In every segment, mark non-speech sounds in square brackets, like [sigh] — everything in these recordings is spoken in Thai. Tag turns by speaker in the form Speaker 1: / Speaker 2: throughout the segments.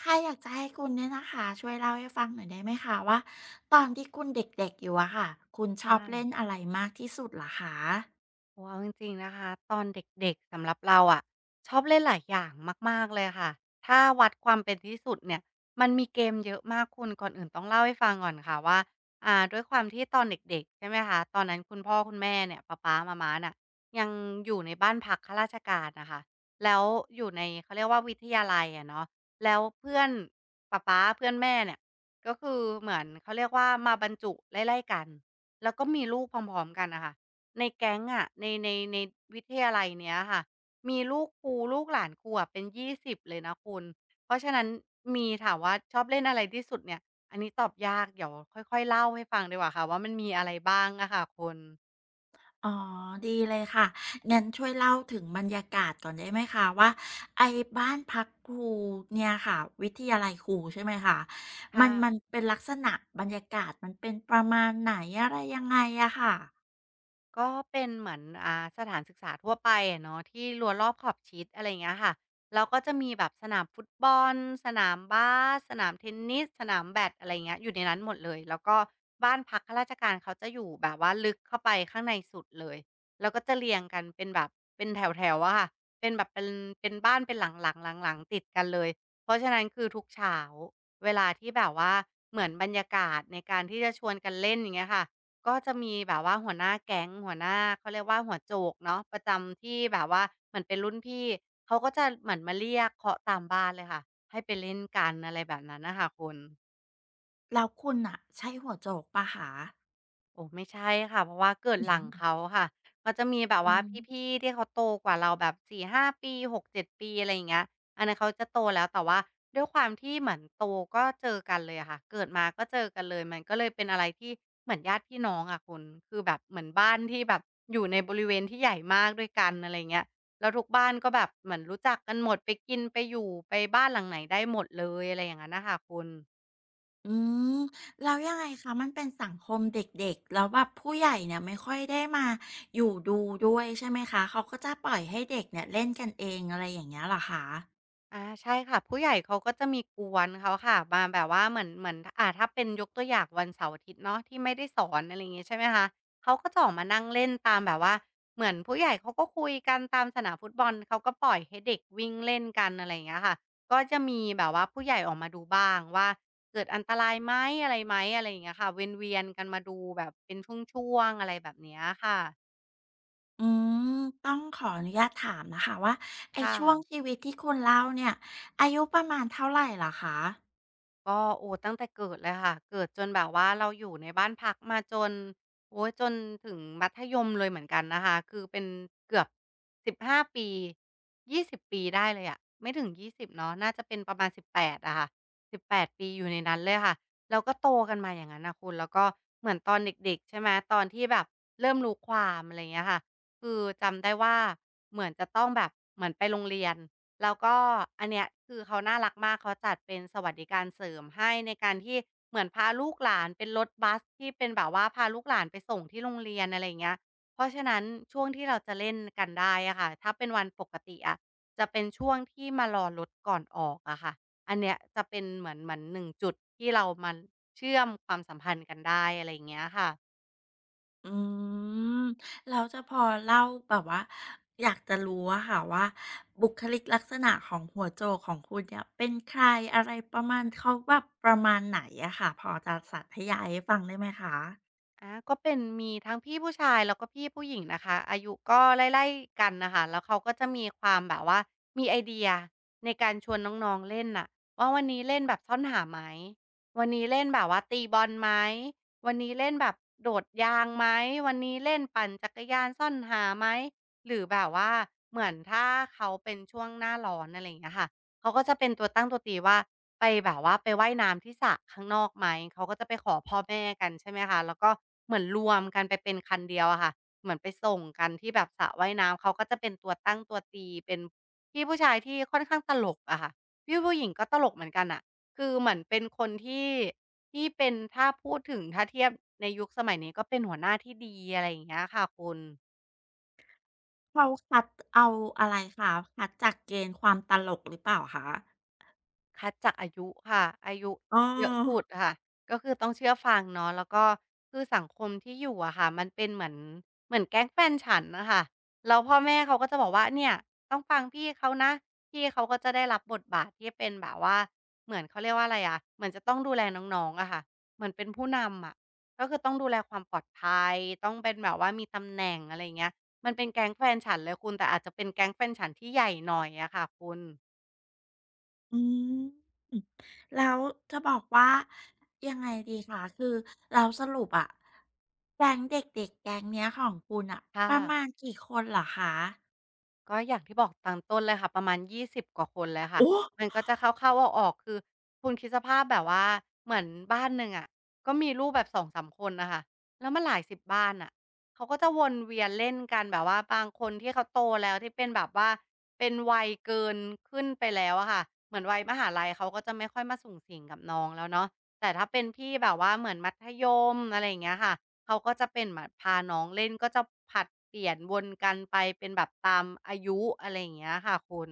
Speaker 1: ค่ะอยากจะให้คุณเนี่ยนะคะช่วยเล่าให้ฟังหน่อยได้ไหมคะว่าตอนที่คุณเด็กๆอยู่อะค่ะคุณช
Speaker 2: ค
Speaker 1: อบเล่น
Speaker 2: ่ะ
Speaker 1: อะไรมากที่สุดเหรอคะ
Speaker 2: โอ้เอาจริงๆนะคะตอนเด็กๆสำหรับเราอ่ะชอบเล่นหลายอย่างมากๆเลยค่ะถ้าวัดความเป็นที่สุดเนี่ยมันมีเกมเยอะมากคุณก่อนอื่นต้องเล่าให้ฟังก่อนค่ะว่าด้วยความที่ตอนเด็กๆใช่ไหมคะตอนนั้นคุณพ่อคุณแม่เนี่ยป๊ามาน่ะยังอยู่ในบ้านพักข้าราชการนะคะแล้วอยู่ในเขาเรียกว่าวิทยาลัยอะเนาะแล้วเพื่อนป๊าเพื่อนแม่เนี่ยก็คือเหมือนเขาเรียกว่ามาบรรจุไล่ๆกันแล้วก็มีลูกพร้อมๆกันนะคะ ในแก๊งอะในวิทยาลัยเนี้ยค่ะมีลูกครูลูกหลานครูอะเป็น20เลยนะคุณเพราะฉะนั้นมีถามว่าชอบเล่นอะไรที่สุดเนี่ยอันนี้ตอบยากเดี๋ยวค่อยๆเล่าให้ฟังดีกว่าค่ะว่ามันมีอะไรบ้างอะค่ะคุณ
Speaker 1: อ๋อดีเลยค่ะงั้นช่วยเล่าถึงบรรยากาศก่อนได้ไหมคะว่าไอ้บ้านพักครูเนี่ยค่ะวิทยาลัยครูใช่ไหมคะมัน
Speaker 2: ค่ะ
Speaker 1: เป็นลักษณะบรรยากาศมันเป็นประมาณไหนอะไรยังไงอะค่ะ
Speaker 2: ก็เป็นเหมือนสถานศึกษาทั่วไปอะเนาะที่รั้วรอบขอบชิดอะไรอย่างเงี้ยค่ะแล้วก็จะมีแบบสนามฟุตบอลสนามบาสสนามเทนนิสสนามแบดอะไรอย่างเงี้ยอยู่ในนั้นหมดเลยแล้วก็บ้านพักข้าราชการเขาจะอยู่แบบว่าลึกเข้าไปข้างในสุดเลยแล้วก็จะเรียงกันเป็นแบบเป็นแถวๆอะค่ะเป็นแบบเป็นบ้านเป็นหลังๆหลังๆติดกันเลยเพราะฉะนั้นคือทุกเช้าเวลาที่แบบว่าเหมือนบรรยากาศในการที่จะชวนกันเล่นอย่างเงี้ยค่ะ ก็จะมีแบบว่าหัวหน้าแก๊งหัวหน้าเขาเรียกว่าหัวโจกเนาะประจำที่แบบว่าเหมือนเป็นรุ่นพี่เขาก็จะเหมือนมาเรียกเคาะตามบ้านเลยค่ะให้ไปเล่นกันอะไรแบบนั้นน่ะค่ะคุณ
Speaker 1: แล้วคุณอะใช่หัวโจกปะคะ
Speaker 2: โอ้ไม่ใช่ค่ะเพราะว่าเกิดหลังเขา
Speaker 1: [laughs]
Speaker 2: ค่ะเขาจะมีแบบ
Speaker 1: อื
Speaker 2: ว่า
Speaker 1: ม
Speaker 2: พี่ๆที่เขาโตกว่าเราแบบสี่ห้าปี6-7ปีอะไรอย่างเงี้ยอันนั้นเขาจะโตแล้วแต่ว่าด้วยความที่เหมือนโตก็เจอกันเลยอะค่ะเกิดมาก็เจอกันเลยมันก็เลยเป็นอะไรที่เหมือนญาติพี่น้องอะคุณคือแบบเหมือนบ้านที่แบบอยู่ในบริเวณที่ใหญ่มากด้วยกันอะไรเงี้ยแล้วทุกบ้านก็แบบเหมือนรู้จักกันหมดไปกินไปอยู่ไปบ้านหลังไหนได้หมดเลยอะไรอย่างนั้นนะคะคุณ
Speaker 1: อืมแล้วยังไงคะมันเป็นสังคมเด็กๆแล้วแบบผู้ใหญ่เนี่ยไม่ค่อยได้มาอยู่ดูด้วยใช่ไหมคะเขาก็จะปล่อยให้เด็กเนี่ยเล่นกันเองอะไรอย่างเงี้ยเหรอคะ
Speaker 2: อาใช่ค่ะผู้ใหญ่เขาก็จะมีกวนเขาค่ะมาแบบว่าเหมือนถ้าเป็นยกตัวอย่างวันเสาร์อาทิตย์เนาะที่ไม่ได้สอนอะไรอย่างงี้ใช่ไหมคะเขาก็จะออกมานั่งเล่นตามแบบว่าเหมือนผู้ใหญ่เขาก็คุยกันตามสนามฟุตบอลเขาก็ปล่อยให้เด็กวิ่งเล่นกันอะไรอย่างเงี้ยค่ะก็จะมีแบบว่าผู้ใหญ่ออกมาดูบ้างว่าเกิดอันตรายไหมอะไรไหมอะไรอย่างเงี้ยค่ะเวียนเวียนกันมาดูแบบเป็นช่วงๆอะไรแบบเนี้ยค่ะ
Speaker 1: อืมต้องขออนุญาตถามนะคะว่าไอ้
Speaker 2: ค่ะ
Speaker 1: ช่วงชีวิตที่คุณเล่าเนี่ยอายุประมาณเท่าไรเหรอคะ
Speaker 2: ก็โอ้ตั้งแต่เกิดเลยค่ะเกิดจนแบบว่าเราอยู่ในบ้านพักมาจนโอ๊ยจนถึงมัธยมเลยเหมือนกันนะคะคือเป็นเกือบ15ปี20ปีได้เลยอะไม่ถึงยี่สิบเนาะน่าจะเป็นประมาณสิบแปดอะค่ะ18ปดปีอยู่ในนั้นเลยค่ะแล้วก็โตกันมาอย่างนั้นน่ะคุณแล้วก็เหมือนตอนเด็กๆใช่ไหมตอนที่แบบเริ่มรู้ความอะไรอย่างเงี้ยค่ะคือจำได้ว่าเหมือนจะต้องแบบเหมือนไปโรงเรียน แล้วก็อันเนี้ยคือเขาน่ารักมากเขาจัดเป็นสวัสดิการเสริมให้ในการที่เหมือนพาลูกหลานเป็นรถบัสที่เป็นแบบว่าพาลูกหลานไปส่งที่โรงเรียนอะไรอย่างเงี้ยเพราะฉะนั้นช่วงที่เราจะเล่นกันได้อะค่ะถ้าเป็นวันปกติอะจะเป็นช่วงที่มารอรถก่อนออกอะค่ะอันเนี้ยจะเป็นเหมือนหนึ่งจุดที่เรามาเชื่อมความสัมพันธ์กันได้อะไรอย่างเงี้ยค่ะ
Speaker 1: อืม เราจะพอเล่าแบบว่าอยากจะรู้อะค่ะว่าบุคลิกลักษณะของหัวโจกของคุณเนี่ยเป็นใครอะไรประมาณเขาแบบประมาณไหนอะค่ะพอจะสาธยายให้ฟังได้ไหมคะ
Speaker 2: อาก็เป็นมีทั้งพี่ผู้ชายแล้วก็พี่ผู้หญิงนะคะอายุก็ไล่ๆกันนะคะแล้วเขาก็จะมีความแบบว่ามีไอเดียในการชวนน้องๆเล่นน่ะว่าวันนี้เล่นแบบซ่อนหาไหมวันนี้เล่นแบบว่าตีบอลไหมวันนี้เล่นแบบโดดยางไหมวันนี้เล่นปั่นจักรยานซ่อนหาไหมหรือแบบว่าเหมือนถ้าเขาเป็นช่วงหน้าร้อนอะไรอย่างเงี้ยค่ะเขาก็จะเป็นตัวตั้งตัวตีว่า ไปแบบว่าไปว่ายน้ำที่สระข้างนอกไหมเขาก็จะไปขอพ่อแม่กันใช่ไหมคะแล้วก็เหมือนรวมกันไปเป็นคันเดียวอะค่ะเหมือนไปส่งกันที่แบบสระว่ายน้ำเขาก็จะเป็นตัวตั้งตัวตีเป็นพี่ผู้ชายที่ค่อนข้างตลกอะค่ะพี่ผู้หญิงก็ตลกเหมือนกันน่ะคือเหมือนเป็นคนที่เป็นถ้าพูดถึงถ้าเทียบในยุคสมัยนี้ก็เป็นหัวหน้าที่ดีอะไรอย่างเงี้ยค่ะคุณ
Speaker 1: เขาคัดเอาอะไรคะคัดจากเกณฑ์ความตลกหรือเปล่าคะ
Speaker 2: คัดจากอายุค่ะอายุ
Speaker 1: อ๋
Speaker 2: เยอะสุด
Speaker 1: อ
Speaker 2: ค่ะก็คือต้องเชื่อฟังเนาะแล้วก็คือสังคมที่อยู่อะค่ะมันเป็นเหมือนเหมือนแก๊งแฟนฉันน่ะค่ะแล้วพ่อแม่เขาก็จะบอกว่าเนี่ยต้องฟังพี่เขานะพี่เขาก็จะได้รับบทบาทที่เป็นแบบว่าเหมือนเขาเรียกว่าอะไรอะเหมือนจะต้องดูแลน้องๆอะค่ะเหมือนเป็นผู้นำอะก็คือต้องดูแลความปลอดภัยต้องเป็นแบบว่ามีตำแหน่งอะไรอย่างเงี้ยมันเป็นแก๊งแฟนฉันเลยคุณแต่อาจจะเป็นแก๊งแฟนฉันที่ใหญ่หน่อยอะค่ะคุณ
Speaker 1: อืมแล้วจะบอกว่ายังไงดีคะคือเราสรุปอะแก๊งเด็กๆแก๊งเนี้ยของคุณอ่ะ
Speaker 2: ค
Speaker 1: ประมาณ
Speaker 2: ่ะ
Speaker 1: กี่คนเหรอคะ
Speaker 2: ก็อย่างที่บอกตอนต้นเลยค่ะประมาณ20กว่าคนเลยค่ะ
Speaker 1: โอ้
Speaker 2: มันก็จะเข้าๆออกๆคือคุณคิดสภาพแบบว่าเหมือนบ้านหนึ่งอะก็มีลูกแบบ2มคนน่ะค่ะแล้วมันหลาย10บบ้านน่ะเขาก็จะวนเวียนเล่นกันแบบว่าบางคนที่เขาโตแล้วที่เป็นแบบว่าเป็นวัยเกินขึ้นไปแล้วอะค่ะเหมือนวัยมหาลัยเขาก็จะไม่ค่อยมาสุ่งสิงกับน้องแล้วเนาะแต่ถ้าเป็นพี่แบบว่าเหมือนมัธยมอะไรอย่างเงี้ยค่ะ เขาก็จะเป็นเหมือนพาน้องเล่นก็จะผลัดเปลี่ยนวนกันไปเป็นแบบตามอายุอะไรอย่างเงี้ยค่ะคุณ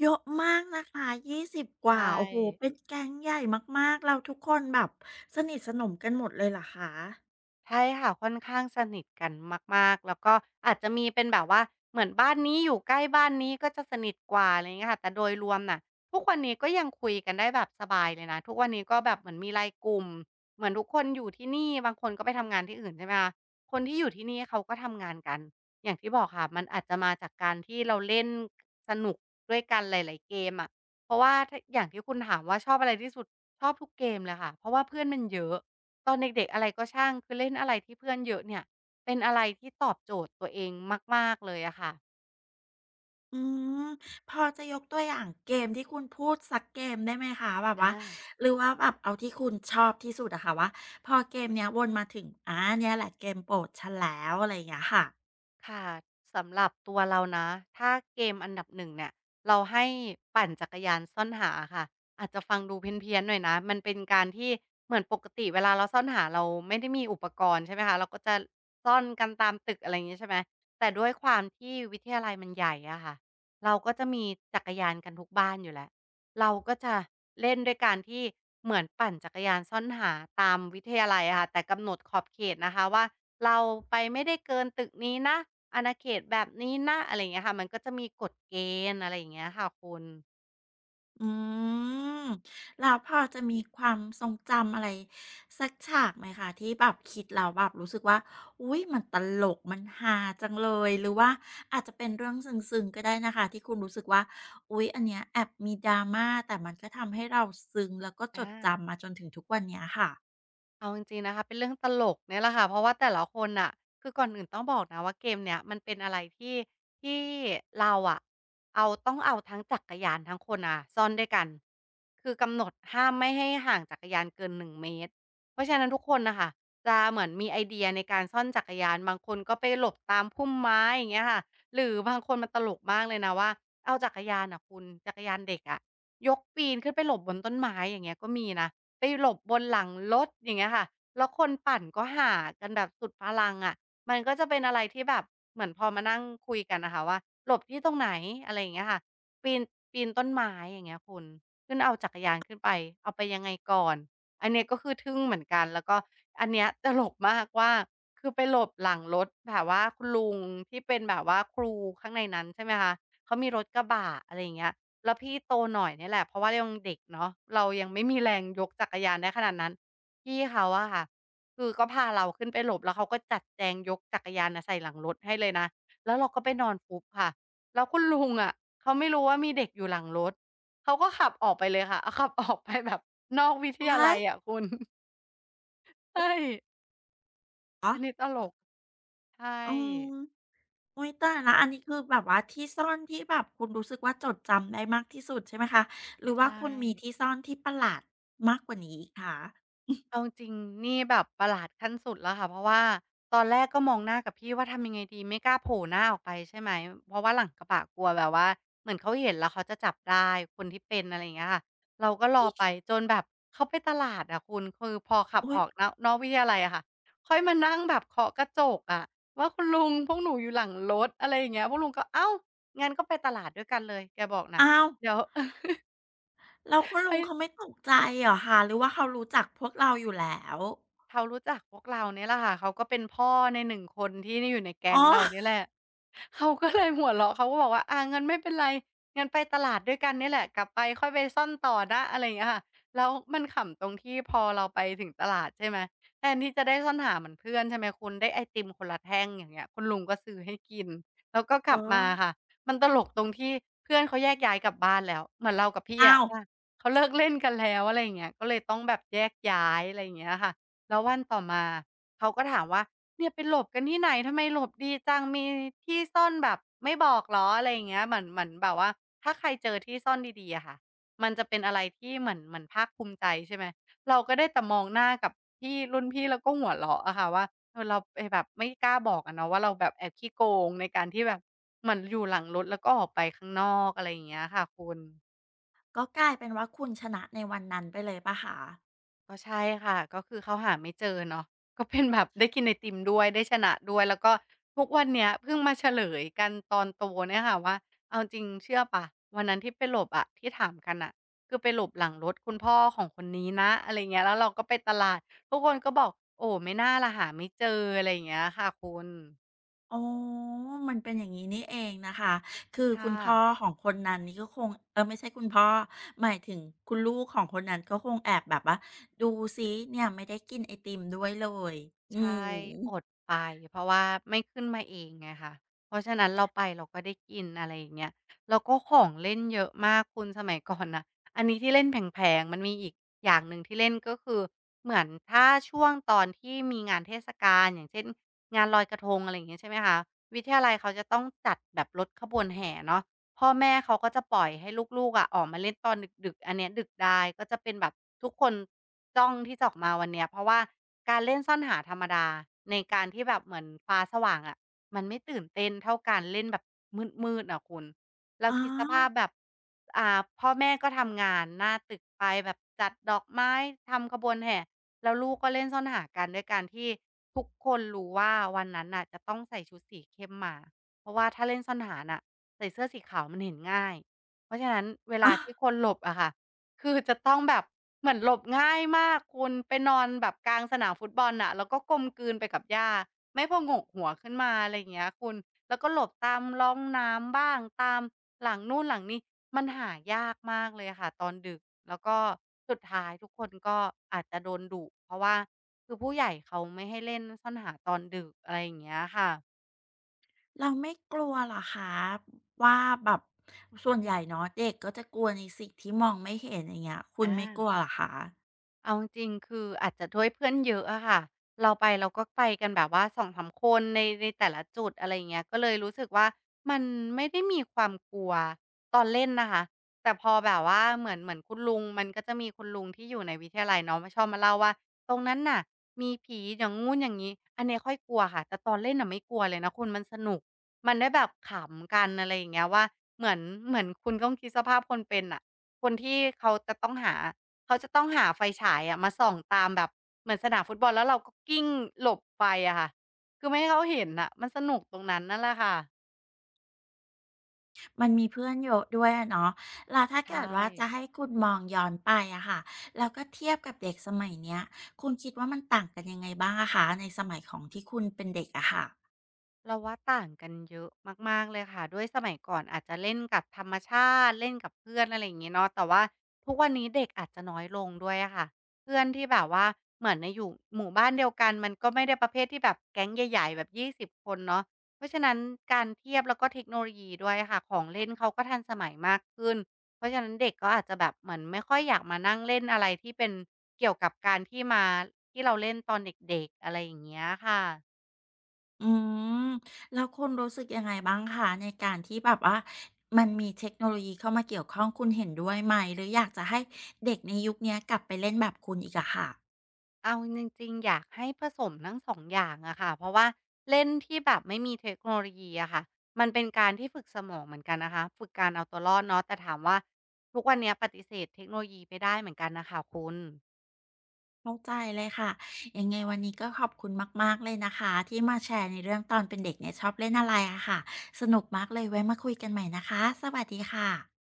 Speaker 1: เยอะมากนะคะยี่สิบกว่า
Speaker 2: ใช่
Speaker 1: โอ้โหเป็นแก๊งใหญ่มากๆแล้วทุกคนแบบสนิทสนมกันหมดเลยเหรอคะ
Speaker 2: ใช่ค่ะค่อนข้างสนิทกันมากๆแล้วก็อาจจะมีเป็นแบบว่าเหมือนบ้านนี้อยู่ใกล้บ้านนี้ก็จะสนิทกว่าอะไรอย่างเงี้ยค่ะแต่โดยรวมน่ะทุกวันนี้ก็ยังคุยกันได้แบบสบายเลยนะทุกวันนี้ก็แบบเหมือนมี LINE กลุ่มเหมือนทุกคนอยู่ที่นี่บางคนก็ไปทำงานที่อื่นใช่ไหมคะคนที่อยู่ที่นี่เขาก็ทำงานกันอย่างที่บอกค่ะมันอาจจะมาจากการที่เราเล่นสนุกด้วยกันหลายๆเกมอะเพราะว่าถ้าอย่างที่คุณถามว่าชอบอะไรที่สุดชอบทุกเกมเลยค่ะเพราะว่าเพื่อนมันเยอะ ตอนเด็กๆอะไรก็ช่างคือเล่นอะไรที่เพื่อนเยอะเนี่ยเป็นอะไรที่ตอบโจทย์ตัวเองมากๆเลยอะค่ะ
Speaker 1: อืมพอจะยกตัวอย่างเกมที่คุณพูดสักเกมได้ไหมคะแบบ
Speaker 2: อา
Speaker 1: ว่า หรือว่าแบบเอาที่คุณชอบที่สุดอะค่ะว่าพอเกมเนี้ยวนมาถึงอาเนี่ยแหละเกมโปรดฉันแล้วอะไรอย่างเงี้ยค่ะ
Speaker 2: ค่ะสำหรับตัวเรานะถ้าเกมอันดับหนึ่งเนี่ยเราให้ปั่นจักรยานซ่อนหาค่ะอาจจะฟังดูเพี้ยนๆหน่อยนะมันเป็นการที่เหมือนปกติเวลาเราซ่อนหาเราไม่ได้มีอุปกรณ์ใช่ไหมคะเราก็จะซ่อนกันตามตึกอะไรอย่างนี้ใช่ไหมแต่ด้วยความที่วิทยาลัยมันใหญ่อะค่ะเราก็จะมีจักรยานกันทุกบ้านอยู่แล้ว เราก็จะเล่นด้วยการที่เหมือนปั่นจักรยานซ่อนหาตามวิทยาลัยอะค่ะแต่กำหนดขอบเขตนะคะว่าเราไปไม่ได้เกินตึกนี้นะอาณาเขตแบบนี้นะอะไรอย่างเงี้ยค่ะมันก็จะมีกฎเกณฑ์อะไรอย่างเงี้ยค่ะคุณ
Speaker 1: อืมแล้วพอจะมีความทรงจำอะไรสักฉากไหมคะที่แบบคิดแล้วแบบรู้สึกว่าอุ๊ยมันตลกมันฮาจังเลยหรือว่าอาจจะเป็นเรื่องซึ้งๆก็ได้นะคะที่คุณรู้สึกว่าอุ๊ยอันเนี้ยแอบมีดราม่าแต่มันก็ทำให้เราซึ้งแล้วก็จ
Speaker 2: อา
Speaker 1: ดจำมาจนถึงทุกวันเนี้ยค่ะ
Speaker 2: เอาจริงๆนะคะเป็นเรื่องตลกเนี่ยแหละค่ะเพราะว่าแต่ละคนอ่ะคือก่อนอื่นต้องบอกนะว่าเกมเนี้ยมันเป็นอะไรที่เราอะเอาต้องเอาทั้งจักรยานทั้งคนอ่ะซ่อนด้วยกันคือกำหนดห้ามไม่ให้ห่างจักรยานเกิน1เมตรเพราะฉะนั้นทุกคนนะคะจะเหมือนมีไอเดียในการซ่อนจักรยานบางคนก็ไปหลบตามพุ่มไม้อย่างเงี้ยค่ะหรือบางคนมันตลกมากเลยนะว่าเอาจักรยานอ่ะคุณจักรยานเด็กอะยกปีนขึ้นไปหลบบนต้นไม้อย่างเงี้ยก็มีนะ ไปหลบบนหลังรถอย่างเงี้ยค่ะแล้วคนปั่นก็ห่ากันแบบสุดพลังอะมันก็จะเป็นอะไรที่แบบเหมือนพอมานั่งคุยกันน่ะค่ะว่าหลบที่ตรงไหนอะไรอย่างเงี้ยค่ะปีนปีนต้นไม้อย่างเงี้ยคุณขึ้นเอาจักรยานขึ้นไปเอาไปยังไงก่อนอันเนี้ยก็คือทึ่งเหมือนกันแล้วก็อันเนี้ยตลกมากว่าคือไปหลบหลังรถแบบว่าคุณลุงที่เป็นแบบว่าครูข้างในนั้นใช่ไหมคะเขามีรถกระบะอะไรอย่างเงี้ย แล้วพี่โตหน่อยเนี่ยแหละเพราะว่าเรายังเด็กเนาะเรายังไม่มีแรงยกจักรยานได้ขนาดนั้นพี่เขาอะค่ะคือก็พาเราขึ้นไปหลบแล้วเขาก็จัดแจงยกจักรยานน่ะใส่หลังรถให้เลยนะแล้วเราก็ไปนอนฟุบค่ะแล้วคุณลุงอะเขาไม่รู้ว่ามีเด็กอยู่หลังรถเขาก็ขับออกไปเลยค่ะ [laughs] ขับออกไปแบบนอกวิทยา
Speaker 1: ว้า
Speaker 2: ลั
Speaker 1: ย
Speaker 2: ยอะคุณ [laughs] ใช่
Speaker 1: เหรอ
Speaker 2: อันนี้ตลกใช่
Speaker 1: อืม อุ๊ยตายแล้วอันนี้คือแบบว่าที่ซ่อนที่แบบคุณรู้สึกว่าจดจำได้มากที่สุดใช่ไหมคะหรือว่า
Speaker 2: ใช่
Speaker 1: คุณมีที่ซ่อนที่ประหลาดมากกว่านี้อีกคะ
Speaker 2: เอาจริงนี่แบบประหลาดขั้นสุดแล้วค่ะเพราะว่าตอนแรกก็มองหน้ากับพี่ว่าทำยังไงดีไม่กล้าโผล่หน้าออกไปใช่ไหมเพราะว่าหลังกระบะกลัวแบบว่าเหมือนเขาเห็นแล้วเขาจะจับได้คนที่เป็นอะไรอย่างเงี้ยค่ะเราก็รอไปจนแบบเขาไปตลาดอะคุณคือพอขับ
Speaker 1: อุ๊
Speaker 2: อ
Speaker 1: ย
Speaker 2: อกนอกวิทยาลัยอะค่ะค่อยมานั่งแบบเคาะกระจกอะว่าคุณลุงพวกหนูอยู่หลังรถอะไรอย่างเงี้ยพวกลุงก็เอ้างั้นก็ไปตลาดด้วยกันเลยแกบอกน่ะ
Speaker 1: อ้าว
Speaker 2: เดี๋ยว [laughs]
Speaker 1: แล้วคุณลุง
Speaker 2: ไป
Speaker 1: เขาไม่ตกใจเหรอคะหรือว่าเขารู้จักพวกเราอยู่แล้ว
Speaker 2: เขารู้จักพวกเราเนี่ยแหละค่ะเขาก็เป็นพ่อใน1คนที่อยู่ในแก๊
Speaker 1: อ๋อ
Speaker 2: งเราเนี่ยแหละเขาก็เลยหัวเราะเขาก็บอกว่าอางั้นไม่เป็นไรงั้นไปตลาดด้วยกันเนี่ยแหละกลับไปค่อยไปซ่อนต่อนะอะไรอย่างเงี้ยค่ะแล้วมันขำตรงที่พอเราไปถึงตลาดใช่ไหมแทนที่จะได้ซ่อนหาเหมือนเพื่อนใช่ไหมคุณได้ไอติมคนละแท่งอย่างเงี้ยคุณลุงก็ซื้อให้กินแล้วก็ก
Speaker 1: เออ
Speaker 2: ลับมาค่ะมันตลกตรงที่เพื่อนเขาแยกย้ายกลับบ้านแล้วเหมือนเรากับพี่
Speaker 1: อ้า
Speaker 2: อะ
Speaker 1: ว
Speaker 2: อาเขาเลิกเล่นกันแล้วอะไรอย่างเงี้ยก็เลยต้องแบบแยกย้ายอะไรอย่างเงี้ยค่ะ แล้ววันต่อมาเขาก็ถามว่าเนี่ยไปหลบกันที่ไหนทำไมหลบดีจังมีที่ซ่อนแบบไม่บอกเหรออะไรอย่างเงี้ยเหมือนแบบว่าถ้าใครเจอที่ซ่อนดีๆอะค่ะมันจะเป็นอะไรที่เหมือนภาคภูมิใจใช่ไหมเราก็ได้แต่มองหน้ากับพี่รุ่นพี่แล้วก็หัวเราะอะค่ะว่าเออเราไปแบบไม่กล้าบอกอะเนาะว่าเราแบบแอบขี้โกงในการที่แบบเหมือนอยู่หลังรถแล้วก็ออกไปข้างนอกอะไรอย่างเงี้ยค่ะคุณ
Speaker 1: ก็กลายเป็นว่าคุณชนะในวันนั้นไปเลยเปล่าคะ
Speaker 2: ก็ใช่ค่ะก็คือเขาหาไม่เจอเนาะก็เป็นแบบได้กินไอติมด้วยได้ชนะด้วยแล้วก็ทุกวันเนี้ยเพิ่งมาเฉลยกันตอนโตเนี่ยค่ะว่าเอาจริงเชื่อเปล่าวันนั้นที่ไปหลบอะที่ถามกันน่ะคือไปหลบหลังรถคุณพ่อของคนนี้นะอะไรเงี้ยแล้วเราก็ไปตลาดทุกคนก็บอกโอ้ไม่น่าล่ะหาไม่เจออะไรอย่างเงี้ยค่ะคุณ
Speaker 1: อ๋อมันเป็นอย่างนี้นี่เองนะคะ คือ
Speaker 2: ค
Speaker 1: คุณพ่อ
Speaker 2: ่ะ
Speaker 1: ของคนนั้นนี่ก็คง เออไม่ใช่คุณพ่อ หมายถึงคุณลูกของคนนั้นก็คงแอบแบบว่าดูซิเนี่ยไม่ได้กินไอติมด้วยเลย อื
Speaker 2: ใช
Speaker 1: ม
Speaker 2: ่อดไปเพราะว่าไม่ขึ้นมาเองไงคะเพราะฉะนั้นเราไปเราก็ได้กินอะไรอย่างเงี้ยแล้วก็ของเล่นเยอะมากคุณสมัยก่อนน่ะอันนี้ที่เล่นแผลงๆมันมีอีกอย่างหนึ่งที่เล่นก็คือเหมือนถ้าช่วงตอนที่มีงานเทศกาลอย่างเช่นงานลอยกระทงอะไรอย่างเงี้ยใช่ไหมคะวิทยาลัยเขาจะต้องจัดแบบรถขบวนแห่เนาะ พ่อแม่เขาก็จะปล่อยให้ลูกๆอะออกมาเล่นตอนดึกๆอันเนี้ยดึกได้ก็จะเป็นแบบทุกคนจ้องที่จะออกมาวันเนี้ยเพราะว่าการเล่นซ่อนหาธรรมดาในการที่แบบเหมือนฟ้าสว่างอะมันไม่ตื่นเต้นเท่าการเล่นแบบมืดๆอะคุณแล้ว
Speaker 1: อ๋อ
Speaker 2: คิดสภาพแบบพ่อแม่ก็ทำงานหน้าตึกไปแบบจัดดอกไม้ทำขบวนแห่แล้วลูกก็เล่นซ่อนหากันด้วยการที่ทุกคนรู้ว่าวันนั้นน่ะจะต้องใส่ชุดสีเข้มมาเพราะว่าถ้าเล่นซ่อนหาน่ะ ใส่เสื้อสีขาวมันเห็นง่าย เพราะฉะนั้นเวลาที่
Speaker 1: อา
Speaker 2: คนหลบอะค่ะคือจะต้องแบบเหมือนหลบง่ายมากคุณไปนอนแบบกลางสนามฟุตบอลน่ะแล้วก็กลมกลืนไปกับหญ้าไม่ผงกหัวขึ้นมาอะไรอย่างเงี้ยคุณแล้วก็หลบตามร่องน้ำบ้างตามหลังนู่นหลังนี่มันหายากมากเลยอะค่ะตอนดึกแล้วก็สุดท้ายทุกคนก็อาจจะโดนดุเพราะว่าคือผู้ใหญ่เขาไม่ให้เล่นซ่อนหาตอนดึกอะไรอย่างเงี้ยค่ะ
Speaker 1: เราไม่กลัวเหรอคะว่าแบบส่วนใหญ่เนาะเด็กก็จะกลัวในสิ่งที่มองไม่เห็นอย่างเงี้ยคุณ
Speaker 2: อา
Speaker 1: ไม่กลัวเหรอคะ
Speaker 2: เอาจริงๆคืออาจจะด้วยเพื่อนเยอะอะค่ะ เราไปเราก็ไปกันแบบว่าสองสามคนในแต่ละจุดอะไรอย่างเงี้ยก็เลยรู้สึกว่ามันไม่ได้มีความกลัวตอนเล่นนะคะแต่พอแบบว่าเหมือนคุณลุงมันก็จะมีคุณลุงที่อยู่ในวิทยาลัยเนาะมาชอบมาเล่าว่าตรงนั้นน่ะมีผีอย่างงู้นอย่างงี้อันเนี้ยค่อยกลัวค่ะแต่ตอนเล่นน่ะไม่กลัวเลยนะคุณมันสนุกมันได้แบบขำกันอะไรอย่างเงี้ยว่าเหมือนเหมือนคุณต้องคิดสภาพคนเป็นอะคนที่เขาจะต้องหา เขาจะต้องหาไฟฉายอะมาส่องตามแบบเหมือนสนามฟุตบอลแล้วเราก็กลิ้งหลบไฟอะค่ะคือไม่ให้เขาเห็นน่ะมันสนุกตรงนั้นนั่นแหละค่ะ
Speaker 1: มันมีเพื่อนเยอะด้วยอะเนาะแล้วถ้า
Speaker 2: ใช่
Speaker 1: เกิดว่าจะให้คุณมองย้อนไปอะค่ะ แล้วก็เทียบกับเด็กสมัยเนี้ยคุณคิดว่ามันต่างกันยังไงบ้างอะคะในสมัยของที่คุณเป็นเด็กอะค่ะ
Speaker 2: เราว่าต่างกันเยอะมากๆเลยค่ะด้วยสมัยก่อนอาจจะเล่นกับธรรมชาติเล่นกับเพื่อนอะไรอย่างงี้เนาะแต่ว่าทุกวันนี้เด็กอาจจะน้อยลงด้วยอะค่ะเพื่อนที่แบบว่าเหมือนน่ะอยู่หมู่บ้านเดียวกันมันก็ไม่ได้ประเภทที่แบบแก๊งใหญ่ๆแบบ20คนเนาะเพราะฉะนั้นการเทียบแล้วก็เทคโนโลยีด้วยอะค่ะของเล่นเขาก็ทันสมัยมากขึ้นเพราะฉะนั้นเด็กก็อาจจะแบบเหมือนไม่ค่อยอยากมานั่งเล่นอะไรที่เป็นเกี่ยวกับการที่มาที่เราเล่นตอนเด็กๆอะไรอย่างเงี้ยค่ะ
Speaker 1: อืมแล้วคุณรู้สึกยังไงบ้างคะในการที่แบบว่า มันมีเทคโนโลยีเข้ามาเกี่ยวข้องคุณเห็นด้วยไหม หรืออยากจะให้เด็กในยุคเนี้ยกลับไปเล่นแบบคุณอีกอะค่ะ
Speaker 2: เอาจริงๆอยากให้ผสมทั้งสองอย่างอะค่ะเพราะว่าเล่นที่แบบไม่มีเทคโนโลยีอะค่ะมันเป็นการที่ฝึกสมองเหมือนกันนะคะฝึกการเอาตัวรอดเนาะแต่ถามว่าทุกวันเนี้ยปฏิเสธเทคโนโลยีไม่ได้เหมือนกันนะคะคุณ
Speaker 1: เข้าใจเลยค่ะยังไงวันนี้ก็ขอบคุณมากๆเลยนะคะที่มาแชร์ในเรื่องตอนเป็นเด็กเนี่ยชอบเล่นอะไรอะค่ะสนุกมากเลยไว้มาคุยกันใหม่นะคะสวัสดีค่ะ